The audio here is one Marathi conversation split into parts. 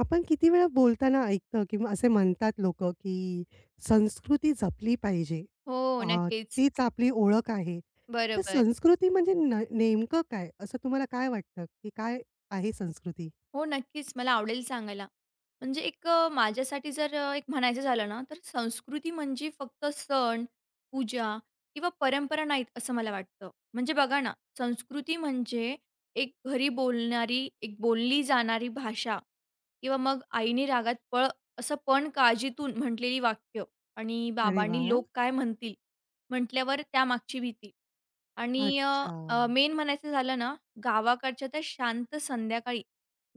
आपण किती वेळा बोलताना ऐकतं किंवा असे म्हणतात लोकं, की संस्कृती जपली पाहिजे. हो, अ, नक्कीच. तीच आपली ओळख आहे. तर बरोबर. संस्कृती म्हणजे न नेमकं काय? असं तुम्हाला काय वाटतं, की काय आहे संस्कृती? हो, नक्कीच मला आवडेल सांगायला. म्हणजे एक माझ्यासाठी जर एक म्हणायचं झालं ना, तर संस्कृती म्हणजे फक्त सण, पूजा किंवा परंपरा नाहीत, असं मला वाटतं. म्हणजे बघा ना, संस्कृती म्हणजे एक घरी बोलणारी, एक बोलली जाणारी भाषा किंवा मग आईने रागात पळ असं पण काळजीतून म्हटलेली वाक्य आणि अरे बाबांनी वाह! लोक काय म्हणतील म्हटल्यावर त्यामागची भीती. आणि अच्छा. मेन म्हणायचं झालं ना, गावाकडच्या त्या शांत संध्याकाळी,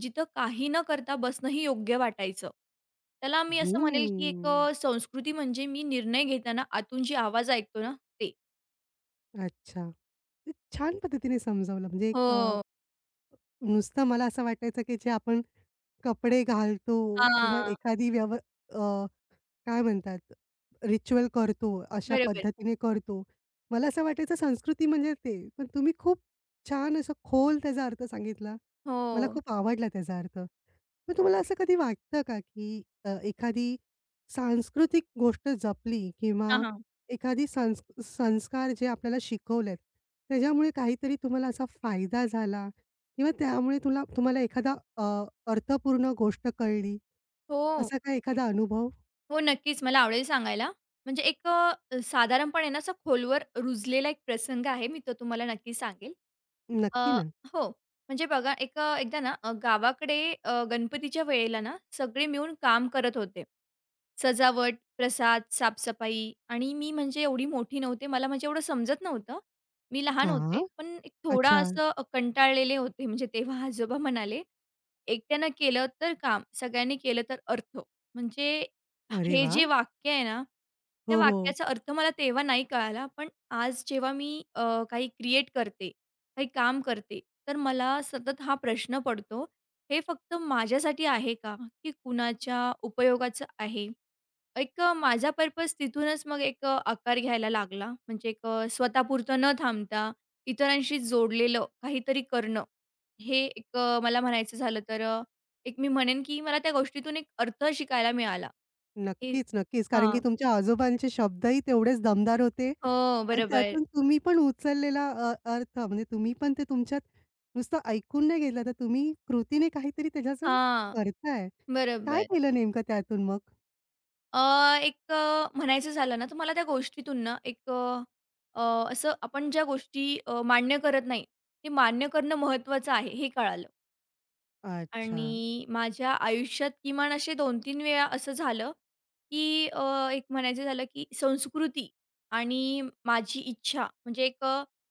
जिथं काही न करता बसणंही योग्य वाटायचं. त्याला मी असं म्हणेल, की एक हम्म. संस्कृती म्हणजे मी निर्णय घेताना आतून जी आवाज ऐकतो ना, ते. अच्छा. ते छान पद्धतीने समजावलं. हो. नुसतं मला असं वाटायचं, की जे आपण कपडे घालतो किंवा हां, एखादी व्यव काय म्हणतात, रिच्युअल करतो, अशा बरोबर. पद्धतीने करतो. मला असं वाटायचं संस्कृती म्हणजे ते. पण तुम्ही खूप छान असं खोल त्याचा अर्थ सांगितला. मला हो. खूप आवडला त्याचा अर्थ. मग तुम्हाला असं कधी वाटतं का, की एखादी सांस्कृतिक गोष्ट जपली हां, किंवा हां. एखादी संस्कार जे आपल्याला शिकवलेत, त्याच्यामुळे काहीतरी तुम्हाला असा फायदा झाला किंवा त्यामुळे तुम्हाला एखादा अर्थपूर्ण गोष्ट कळली, हो, असा काही एखादा अनुभव? हो, नक्कीच मला आवडेल सांगायला. म्हणजे एक साधारणपणे ना, असा खोलवर रुजलेला एक प्रसंग आहे, मी तो तुम्हाला नक्की सांगेल. अ, नक्की ना. हो. म्हणजे बघा एक एकदा ना गावाकडे गणपतीच्या वेळेला ना सगळे मिळून काम करत होते. सजावट, प्रसाद, साफसफाई आणि मी म्हणजे एवढी मोठी नव्हते. मला म्हणजे एवढं समजत नव्हतं. मी लहान हां. होते, पण एक थोडा अच्छा. असं कंटाळलेले होते. म्हणजे तेव्हा आजोबा म्हणाले, "एकट्यानं केलं तर काम, सगळ्यांनी केलं तर अर्थ." म्हणजे अरे हे वाह! जे वाक्य आहे ना, त्या हो, हो. वाक्याचा अर्थ मला तेव्हा नाही कळाला. पण आज जेव्हा मी काही क्रिएट करते काही काम करते, तर मला सतत हा प्रश्न पडतो, हे फक्त माझ्यासाठी आहे का? की कुणाच्या उपयोगाचं आहे? एक माझा पर्पज तिथूनच मग एक आकार घ्यायला लागला. म्हणजे एक स्वतःपुरतं न थांबता इतरांशी जोडलेलं काहीतरी करणं, हे एक मला म्हणायचं झालं तर एक मी म्हणेन की मला त्या गोष्टीतून एक अर्थ शिकायला मिळाला. हे नक्कीच, नक्कीच. कारण की हां. तुमच्या आजोबांचे शब्दही तेवढेच दमदार होते हो, आणि बरोबर. त्यातून तुम्ही पण उचललेला अर्थ म्हणजे तुम्ही पण ते तुमच्यात नुसतं ऐकून नाही घेतलं, तर तुम्ही कृतीने काहीतरी त्याच्यातून हां, करताय. काय बरोबर. केलं नेमकं त्यातून मग? अ, एक म्हणायचं झालं ना, तर मला त्या गोष्टीतून ना एक अ, अ, असं आपण ज्या गोष्टी मान्य करत नाही, ते मान्य करणं महत्त्वाचं आहे हे कळालं. अच्छा. आणि माझ्या आयुष्यात किमान असे 2-3 वेळा असं झालं, की एक म्हणायचं झालं, की संस्कृती आणि माझी इच्छा म्हणजे एक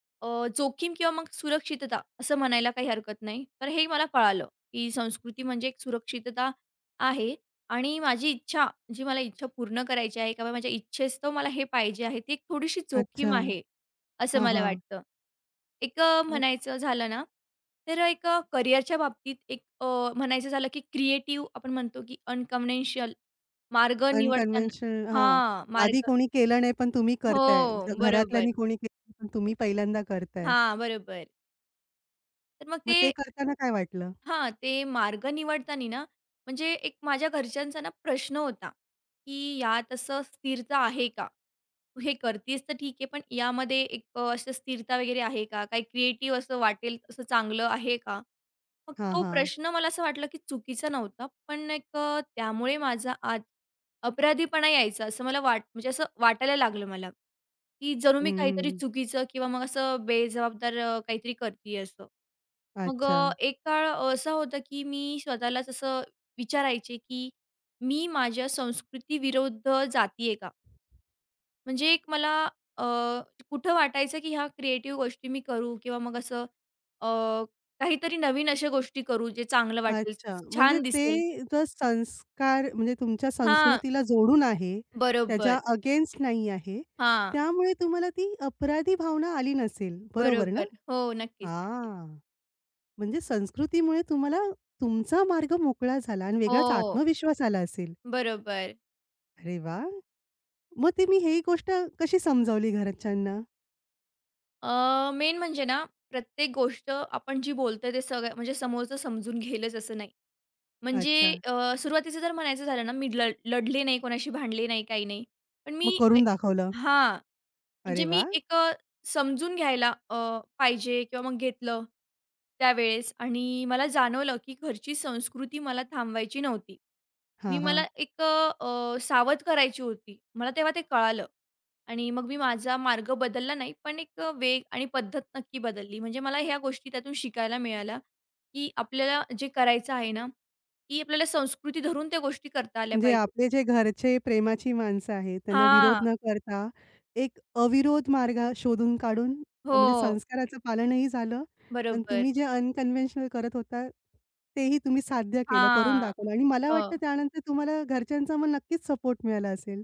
जोखीम किंवा मग सुरक्षितता असं म्हणायला काही हरकत नाही. तर हे मला कळालं, की संस्कृती म्हणजे एक सुरक्षितता आहे आणि माझी इच्छा, जी मला इच्छा पूर्ण करायची आहे किंवा माझ्या इच्छेस्तव मला हे पाहिजे आहे, ती एक थोडीशी अच्छा. जोखीम आहे, असं हां, मला हां. वाटतं. एक मग म्हणायचं झालं ना, तर एक करिअरच्या बाबतीत एक म्हणायचं झालं, की क्रिएटिव्ह आपण म्हणतो, की अनकन्व्हेन्शनल मार्ग निवडताना अनकन्व्हेन्शनल हां. हां, आधी मार्ग कोणी केलं नाही, पण तुम्ही करताय. हो, बरोबर. घरातल्यांनी कोणी केलं नाही, पण तुम्ही पहिल्यांदा करताय. हां, बरोबर. तर मग मग ते ते करताना काय वाटलं? हां, ते मार्ग निवडताना ना, म्हणजे एक माझ्या घरच्यांचा ना प्रश्न होता, की यात असं स्थिरता आहे का? तू हे करतीयेस तर ठीक आहे, पण यामध्ये एक असं स्थिरता वगैरे आहे का? काही क्रिएटिव्ह असं वाटेल असं चांगलं आहे का? मग हां, तो हां. प्रश्न मला असं वाटलं, की चुकीचा नव्हता. पण एक त्यामुळे माझा आत अपराधीपणा यायचा असं मला म्हणजे असं वाटायला लागलं मला, की जणू हं, मी काहीतरी हं, चुकीचं किंवा मग असं बेजबाबदार काहीतरी करतीये असं. मग अच्छा, एक काळ असा होता, की मी स्वतःलाच असं विचारायचे, की मी माझ्या संस्कृतीविरुद्ध जाती आहे का? म्हणजे एक मला अ, कुठं वाटायचं, की ह्या क्रिएटिव्ह गोष्टी मी करू किंवा मग असं अ, काहीतरी नवीन अशा गोष्टी करू, जे चांगलं वाटेल, अच्छा. म्हणजे छान दिसेल. ते जर संस्कार म्हणजे तुमच्या हां. संस्कृतीला जोडून आहे, त्याच्या बरोबर. अगेन्स्ट नाही आहे, हां. त्यामुळे तुम्हाला ती अपराधी भावना आली नसेल, बरोबर ना? बरोबर. हो, नक्कीच, नक्कीच. हां. म्हणजे संस्कृतीमुळे तुम्हाला तुमचा मार्ग मोकळा झाला आणि वेगळाच हो. आत्मविश्वास आला असेल. बरोबर. अरे वाह! मग ते मी ही गोष्ट कशी समजावली घरच्यांना? मेन म्हणजे ना, प्रत्येक गोष्ट आपण जी बोलतोय ते सगळं म्हणजे समोरचं समजून घेईलच असं नाही. म्हणजे अच्छा. सुरुवातीचं जर म्हणायचं झालं ना, मी लढले नाही, कोणाशी भांडले नाही, काही नाही. पण मी मग करून एक दाखवलं. हां, अरे म्हणजे मी वाह! एक समजून घ्यायला पाहिजे किंवा मग घेतलं त्यावेळेस आणि मला जाणवलं, की घरची संस्कृती मला थांबवायची नव्हती. हां, मी हां. मला एक सावध करायची होती. मला तेव्हा ते कळालं आणि मग मी माझा मार्ग बदलला नाही, पण एक वेग आणि पद्धत नक्की बदलली. म्हणजे मला ह्या गोष्टी त्यातून शिकायला मिळाल्या, की आपल्याला जे करायचं आहे ना, की आपल्याला संस्कृती धरून त्या गोष्टी करता आल्या म्हणजे पाहिजेत. आपले जे घरचे प्रेमाची माणसं आहेत, त्यांना हां. विरोध न करता एक अविरोध मार्ग शोधून काढून हो. म्हणजे संस्काराचं पालनही झालं आणि बरोबर. तुम्ही जे अनकन्व्हेन्शनल करत होता, तेही तुम्ही साध्य केलं, करून हां. दाखवलं आणि मला हो. वाटतं त्यानंतर तुम्हाला घरच्यांचा मग नक्कीच सपोर्ट मिळाला असेल.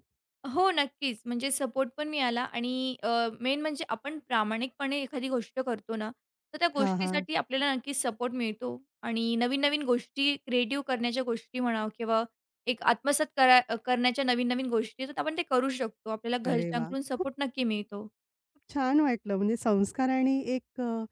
हो, नक्कीच. म्हणजे सपोर्ट पण मिळाला आणि अ, मेन म्हणजे आपण प्रामाणिकपणे एखादी गोष्ट करतो ना, तर त्या हां, हां. गोष्टीसाठी आपल्याला नक्कीच सपोर्ट मिळतो आणि नवीन-नवीन गोष्टी क्रिएटिव्ह करण्याच्या गोष्टी म्हणा किंवा एक आत्मसात करा करण्याच्या नवीन-नवीन गोष्टी तर आपण ते करू शकतो. आपल्याला अरे वाह! घरच्यांकडून सपोर्ट नक्की मिळतो. खूप छान वाटलं. म्हणजे संस्कार आणि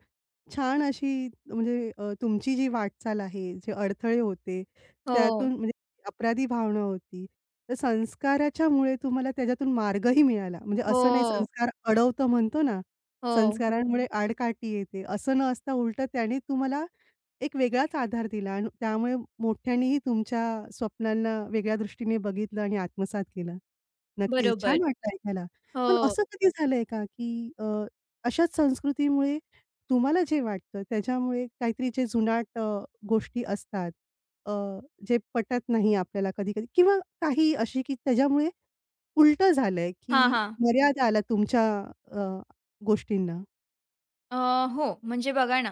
छान अशी म्हणजे तुमची जी वाटचाल आहे, जे अडथळे होते, हो. त्यातून म्हणजे अपराधी भावना होती. तर संस्काराच्यामुळे तुम्हाला त्याच्यातून मार्गही मिळाला. म्हणजे हो. असं नाही संस्कार अडवतं म्हणतो ना, हो. संस्कारांमुळे आडकाठी येते. असं न असता उलटं त्याने तुम्हाला एक वेगळाच आधार दिला आणि त्यामुळे मोठ्यांनीही तुमच्या स्वप्नांना वेगळ्या दृष्टीने बघितलं आणि आत्मसात केलं. नक्कीच. बरोबर. छान वाटलं ऐकायला. पण हो. असं कधी झालंय का, की अशाच संस्कृतीमुळे तुम्हाला जे वाटतं त्याच्यामुळे काहीतरी जे जुनाट गोष्टी असतात अ, जे पटत नाही आपल्याला कधी-कधी किंवा काही अशी की त्याच्यामुळे उलटं झालंय, हां, की हां. मर्यादा आल्या तुमच्या अ, गोष्टींना? अ, हो, म्हणजे बघा ना,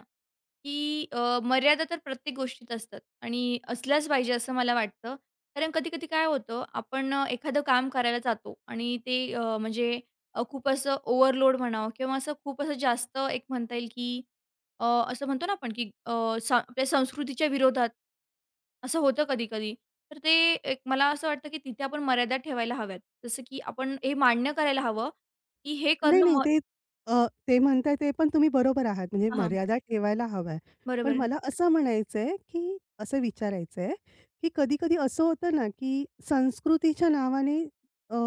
की मर्यादा तर प्रत्येक गोष्टीत असतात आणि असल्याच पाहिजे असं मला वाटतं. कारण कधी-कधी काय होतं, आपण एखादं काम करायला जातो आणि ते म्हणजे खूप असं ओव्हरलोड म्हणावं किंवा असं खूप असं जास्त एक म्हणता येईल, की अ, असं म्हणतो ना आपण, की आपल्या संस्कृतीच्या विरोधात असं होतं कधी-कधी. तर ते एक मला असं वाटतं, की तिथे आपण मर्यादा ठेवायला हव्यात. जसं की आपण हे मान्य करायला हवं, की हे नाही, करणं नाही. अ, ते म्हणताय ते पण तुम्ही बरोबर आहात. म्हणजे हां, मर्यादा ठेवायला हव्या. पण बरोबर. मला असं म्हणायचंय, की असं विचारायचंय, की कधी-कधी असं होतं ना, की संस्कृतीच्या नावाने अ,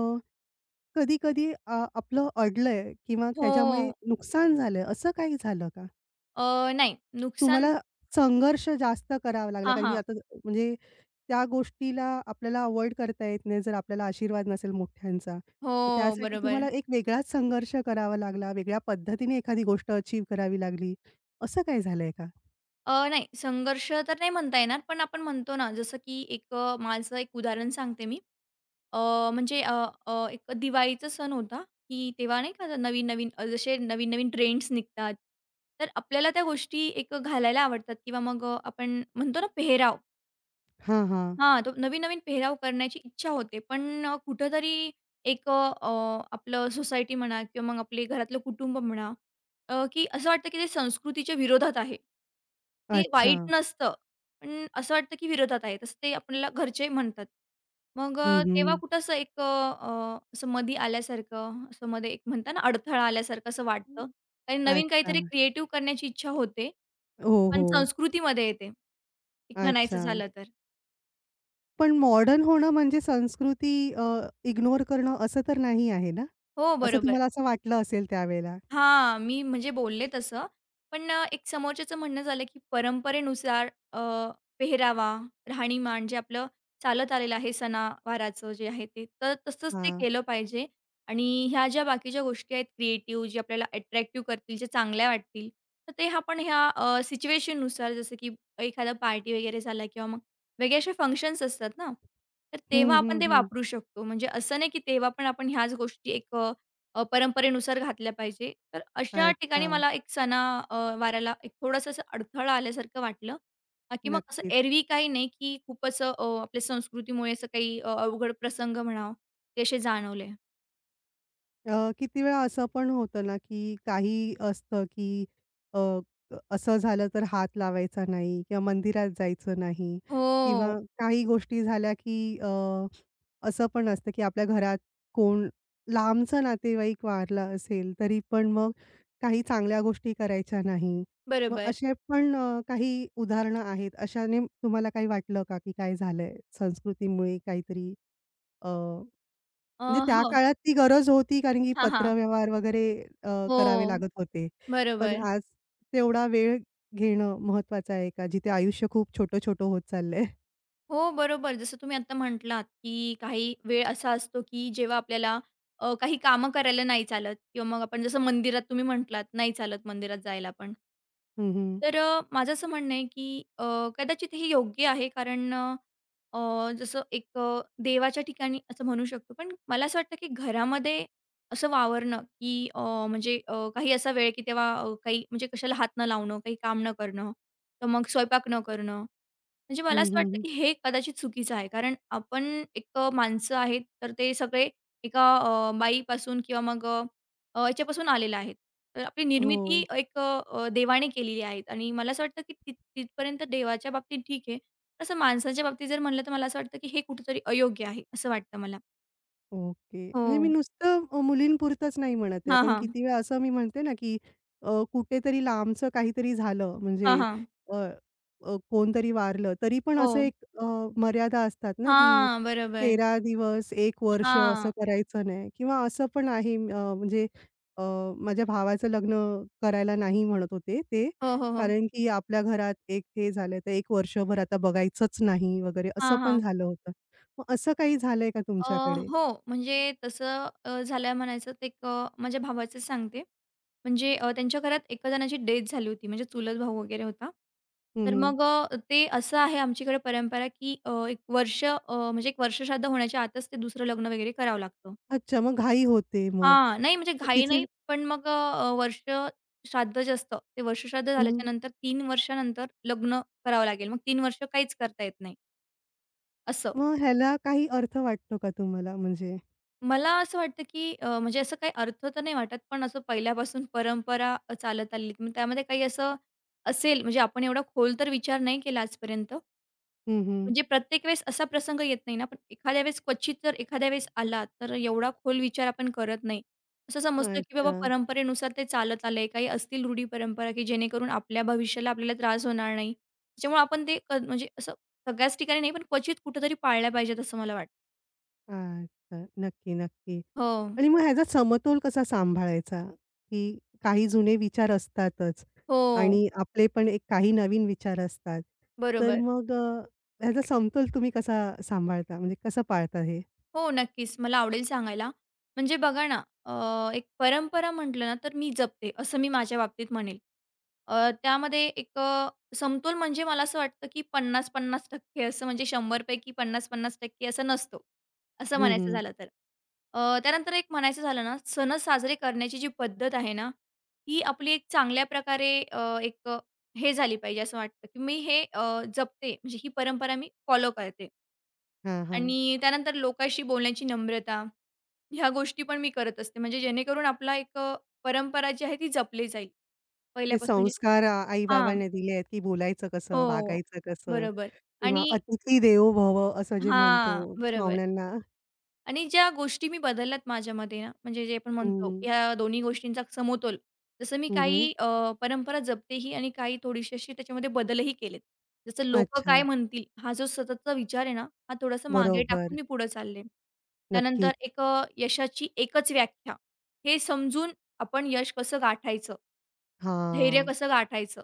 कधी-कधी आपलं अडलंय किंवा त्याच्यामुळे हो. नुकसान झालंय, असं काही झालं का? नाही नुकसान तुम्हाला संघर्ष जास्त करावा लागला हां, कारण की हां. आता म्हणजे त्या गोष्टीला आपल्याला अव्हॉइड करता येत नाही, जर आपल्याला आशीर्वाद नसेल मोठ्यांचा. मग हो, त्यासाठी बरोबर. तुम्हाला एक वेगळाच संघर्ष करावा लागला, वेगळ्या पद्धतीने एखादी गोष्ट अचीव करावी लागली. असं काही झालंय का? नाही संघर्ष तर नाही म्हणता येणार, पण आपण म्हणतो ना जसं की एक माझं एक उदाहरण सांगते मी. अ, म्हणजे अ, अ, एक दिवाळीचा सण होता, की तेव्हा नाही का नवीन-नवीन जसे नवीन-नवीन ट्रेंड्स निघतात. तर आपल्याला त्या गोष्टी एक घालायला आवडतात किंवा मग आपण म्हणतो ना पेहराव. हां, हां. हां, तो नवीन-नवीन पेहराव करण्याची इच्छा होते. पण कुठेतरी एक आपलं सोसायटी म्हणा किंवा मग आपले घरातलं कुटुंब म्हणा, की असं वाटतं की ते संस्कृतीच्या विरोधात आहे. ते अच्छा. वाईट नसतं, पण असं वाटतं की विरोधात आहे. तसं ते आपल्याला घरचे म्हणतात. मग हं, तेव्हा हं. कुठं असं एक अ, अ, असं मधी आल्यासारखं, असं मध्ये एक म्हणतात ना अडथळा आल्यासारखं असं वाटतं. आणि नवीन अच्छा. काहीतरी क्रिएटिव्ह करण्याची इच्छा होते, हो, पण हो. संस्कृतीमध्ये येते, एक म्हणायचं अच्छा. झालं तर. पण मॉडर्न होणं म्हणजे संस्कृती इग्नोर करणं असं तर नाही आहे ना? हो, असं बरोबर. तुम्हाला असं वाटलं असेल त्यावेळेला? हां, मी म्हणजे बोलले तसं. पण एक समोरच्याचं म्हणणं झालं, की परंपरेनुसार अ, पेहरावा, राहणीमान जे आपलं चालत आलेलं आहे सणावाराचं जे आहे ते, तर तसंच ते हां. केलं पाहिजे. आणि ह्या ज्या बाकीच्या गोष्टी आहेत क्रिएटिव्ह जे आपल्याला अट्रॅक्टिव्ह करतील, जे चांगल्या वाटतील, तर ते आपण ह्या सिच्युएशननुसार जसं की एखादा पार्टी वगैरे झाला किंवा मग वेगळे असे फंक्शन्स असतात ना, तर हं, तेव्हा आपण हं, ते हं. वापरू शकतो. म्हणजे असं नाही, की तेव्हा पण आपण ह्याच गोष्टी एक परंपरेनुसार घातल्या पाहिजे. तर अशा अच्छा. ठिकाणी मला एक वाराला एक थोडंसं असं अडथळा आल्यासारखं वाटलं. की मग असं नक्कीच. एरवी काही नाही, की खूप असं आपल्या संस्कृतीमुळे असं काही अवघड प्रसंग म्हणावं, ते असे जाणवले. किती वेळा असं पण होतं ना, की काही असतं, की अ, असं झालं तर हात लावायचा नाही किंवा मंदिरात जायचं नाही किंवा हो, काही गोष्टी झाल्या, की असं पण असतं, की आपल्या घरात कोण लांबचा नातेवाईक वारला असेल, तरी पण मग काही चांगल्या गोष्टी करायच्या नाही. मग बरोबर. असे पण काही उदाहरणं आहेत. अशाने तुम्हाला काही वाटलं का, की काय झालंय संस्कृतीमुळे काहीतरी अ, म्हणजे त्या हो. काळात ती गरज होती, कारण की हां, हां. पत्रव्यवहार वगैरे करावे हो, लागत होते. पण बरोबर. आज तेवढा वेळ घेणं महत्वाचं आहे का? जिथे आयुष्य खूप छोटं-छोटं होत चाललंय. हो, बरोबर. जसं तुम्ही आता म्हटलात, की काही वेळ असा असतो, की जेव्हा आपल्याला काही कामं करायला नाही चालत किंवा मग आपण जसं मंदिरात तुम्ही म्हटलात, नाही चालत मंदिरात जायला पण. हं, हं. तर माझं असं म्हणणं आहे, की कदाचित हे योग्य आहे कारण अ, अ, जसं एक देवाच्या ठिकाणी असं म्हणू शकतो. पण मला असं वाटतं, की घरामध्ये असं वावरणं, की म्हणजे काही असा वेळ, की तेव्हा काही म्हणजे कशाला हात न लावणं, काही काम न करणं, तर मग स्वयंपाक न करणं. म्हणजे मला हं, असं वाटतं हं. की हे कदाचित चुकीचं आहे. कारण आपण एक माणसं आहेत, तर ते सगळे एका बाईपासून किंवा मग अ, अ, याच्यापासून आलेले आहेत. तर आपली हो. निर्मिती एक देवाने केलेली आहे आणि मला असं वाटतं की तिथपर्यंत देवाच्या बाबतीत ठीक आहे. तसं माणसाच्या बाबतीत जर म्हणलं, तर मला असं वाटतं की हे कुठेतरी अयोग्य आहे, असं वाटतं मला. ओके. म्हणजे मी हो. नुसतं मुलींपुरतंच नाही म्हणत आहे. हां, पण हां. किती वेळा असं मी म्हणते ना, की कुठेतरी लांबचं काहीतरी झालं हां, म्हणजे हां. अ, अ, कोणतरी वारलं, तरी पण हो. मर्यादा असतात ना, की हां, बरोबर. तेरा दिवस, एक वर्ष असं हां. करायचं नाही किंवा असं पण आहे म्हणजे अ, माझ्या भावाचं लग्न करायला नाही म्हणत होते ते. हो, हो, हो. कारण की आपल्या घरात एक हे झालं, तर 1 वर्षभर आता बघायचंच नाही वगैरे असं हां, पण हां. झालं होतं. मग असं काही झालंय का अ, तुमच्याकडे? हो, म्हणजे तसं झालं म्हणायचं ते एक माझ्या भावाचंच सांगते. म्हणजे त्यांच्या घरात एका जणाची डेथ झाली होती, म्हणजे चुलत भाऊ वगैरे होता. हं, तर हं. मग ते असं आहे आमच्याकडे परंपरा, की 1 वर्ष म्हणजे 1 वर्ष श्राद्ध होण्याच्या आतच ते दुसरं लग्न वगैरे करावं लागतं. अच्छा, मग घाई होते मग. हां, नाही म्हणजे घाई चुकीचे नाही, पण मग वर्ष श्राद्ध जे असतं, ते वर्ष श्राद्ध हं. झाल्याच्यानंतर 3 वर्षानंतर लग्न करावं लागेल. मग 3 वर्ष काहीच करता येत नाही, असं. मग ह्याला काही अर्थ वाटतो का तुम्हाला म्हणजे? मला असं वाटतं, की म्हणजे असं काही अर्थ तर नाही वाटत, पण असं पहिल्यापासून परंपरा चालत आलेली. मग त्यामध्ये काही असं असेल, म्हणजे आपण एवढा खोल तर विचार नाही केला आजपर्यंत. हं, म्हणजे प्रत्येक वेळेस असा प्रसंग येत नाही ना, पण एखाद्या वेळेस क्वचित जर एखाद्या वेळेस आला, तर एवढा खोल विचार आपण करत नाही. असं समजतो, की अच्छा, बाबा परंपरेनुसार ते चालत आलंय. काही असतील रूढी परंपरा, की जेणेकरून आपल्या भविष्याला आपल्याला त्रास होणार नाही. त्याच्यामुळे आपण ते म्हणजे असं सगळ्याच ठिकाणी नाही, पण क्वचित कुठेतरी पाळल्या पाहिजेत असं मला वाटतं. अच्छा. नक्की, नक्की. हो. आणि मग ह्याचा समतोल कसा सांभाळायचा? की काही जुने विचार असतातच हो. आणि आपले पण एक काही नवीन विचार असतात. तर बरोबर. मग ह्याचा समतोल तुम्ही कसा सांभाळता? म्हणजे कसं पाळता हे? हो, नक्कीच. मला आवडेल सांगायला. म्हणजे बघा ना, एक परंपरा म्हटलं ना, तर मी जपते, असं मी माझ्या बाबतीत म्हणेल. त्यामध्ये एक समतोल म्हणजे मला असं वाटतं, की 50-50% असं म्हणजे 100 पैकी 50-50% असं नसतो, असं हं, म्हणायचं हं. झालं तर. त्यानंतर एक म्हणायचं झालं ना, सण साजरे करण्याची जी पद्धत आहे ना, ही आपली एक चांगल्या प्रकारे एक हे झाली पाहिजे असं वाटतं, की मी हे जपते. म्हणजे ही परंपरा मी फॉलो करते. हां, हां. आणि त्यानंतर लोकांशी बोलण्याची नम्रता, ह्या गोष्टी पण मी करत असते. म्हणजे जेणेकरून आपला एक परंपरा जी आहे ती जपली जाईल. जे पहिल्यापासून जी संस्कार हां. आई-बाबांनी दिले आहेत, की बोलायचं कसं, हो. वागायचं कसं? बरोबर किंवा आणि अतिथी देवो भव असं जे म्हणतो हां. बरोबर. पाहुण्यांना आणि ज्या गोष्टी मी बदलल्यात माझ्यामध्ये ना, म्हणजे जे आपण म्हणतो, हं, की ह्या दोन्ही गोष्टींचा समतोल. जसं मी हं, काही परंपरा जपतेही आणि काही थोडीशी अशी त्याच्यामध्ये बदलही केलेत. जसं लोकं अच्छा. काय म्हणतील, हा जो सततचा विचार आहे ना, हा थोडासा मागे टाकून बरोबर. मी पुढे चालले. त्यानंतर नक्कीच. एक यशाची एकच व्याख्या, हे समजून आपण यश कसं गाठायचं, धैर्य हां. कसं गाठायचं,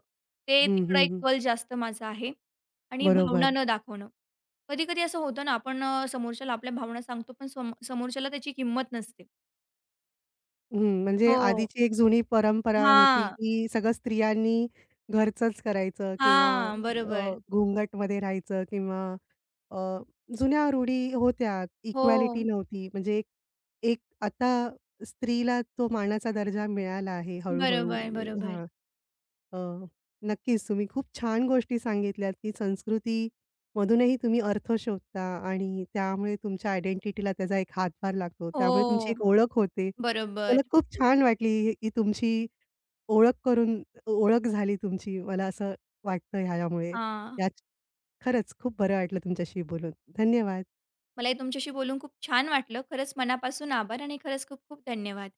ते हं, तिकडं हं, एक हं. कल जास्त माझा आहे आणि बरोबर. भावना न दाखवणं. कधी-कधी असं होतं ना, आपण समोरच्याला आपल्या भावना सांगतो, पण समोरच्याला त्याची किंमत नसते. हं, म्हणजे हो. आधीची एक जुनी परंपरा होती, हा, की सगळं स्त्रियांनी घरचंच करायचं किंवा हा, बरोबर. घुंगटमध्ये राहायचं किंवा अ, जुन्या रूढी होत्या. हो. इक्वालिटी नव्हती. म्हणजे एक एक आता स्त्रीला तो मानाचा दर्जा मिळाला आहे हळू-हळू. बरोबर, बरोबर. हा अ, नक्कीच तुम्ही खूप छान गोष्टी सांगितल्यात, की संस्कृतीमधूनही तुम्ही अर्थ शोधता आणि त्यामुळे तुमच्या आयडेंटिटीला त्याचा एक हातभार लागतो. त्यामुळे तुमची हो. एक ओळख होते. बरोबर. मला खूप छान वाटली ही ही तुमची ओळख करून ओळख झाली तुमची. मला असं वाटतं ह्यामुळे. हां. हां. याच खरंच खूप बरं वाटलं तुमच्याशी बोलून. धन्यवाद. मलाही तुमच्याशी बोलून खूप छान वाटलं. खरंच मनापासून आभार आणि खरंच खूप खूप धन्यवाद.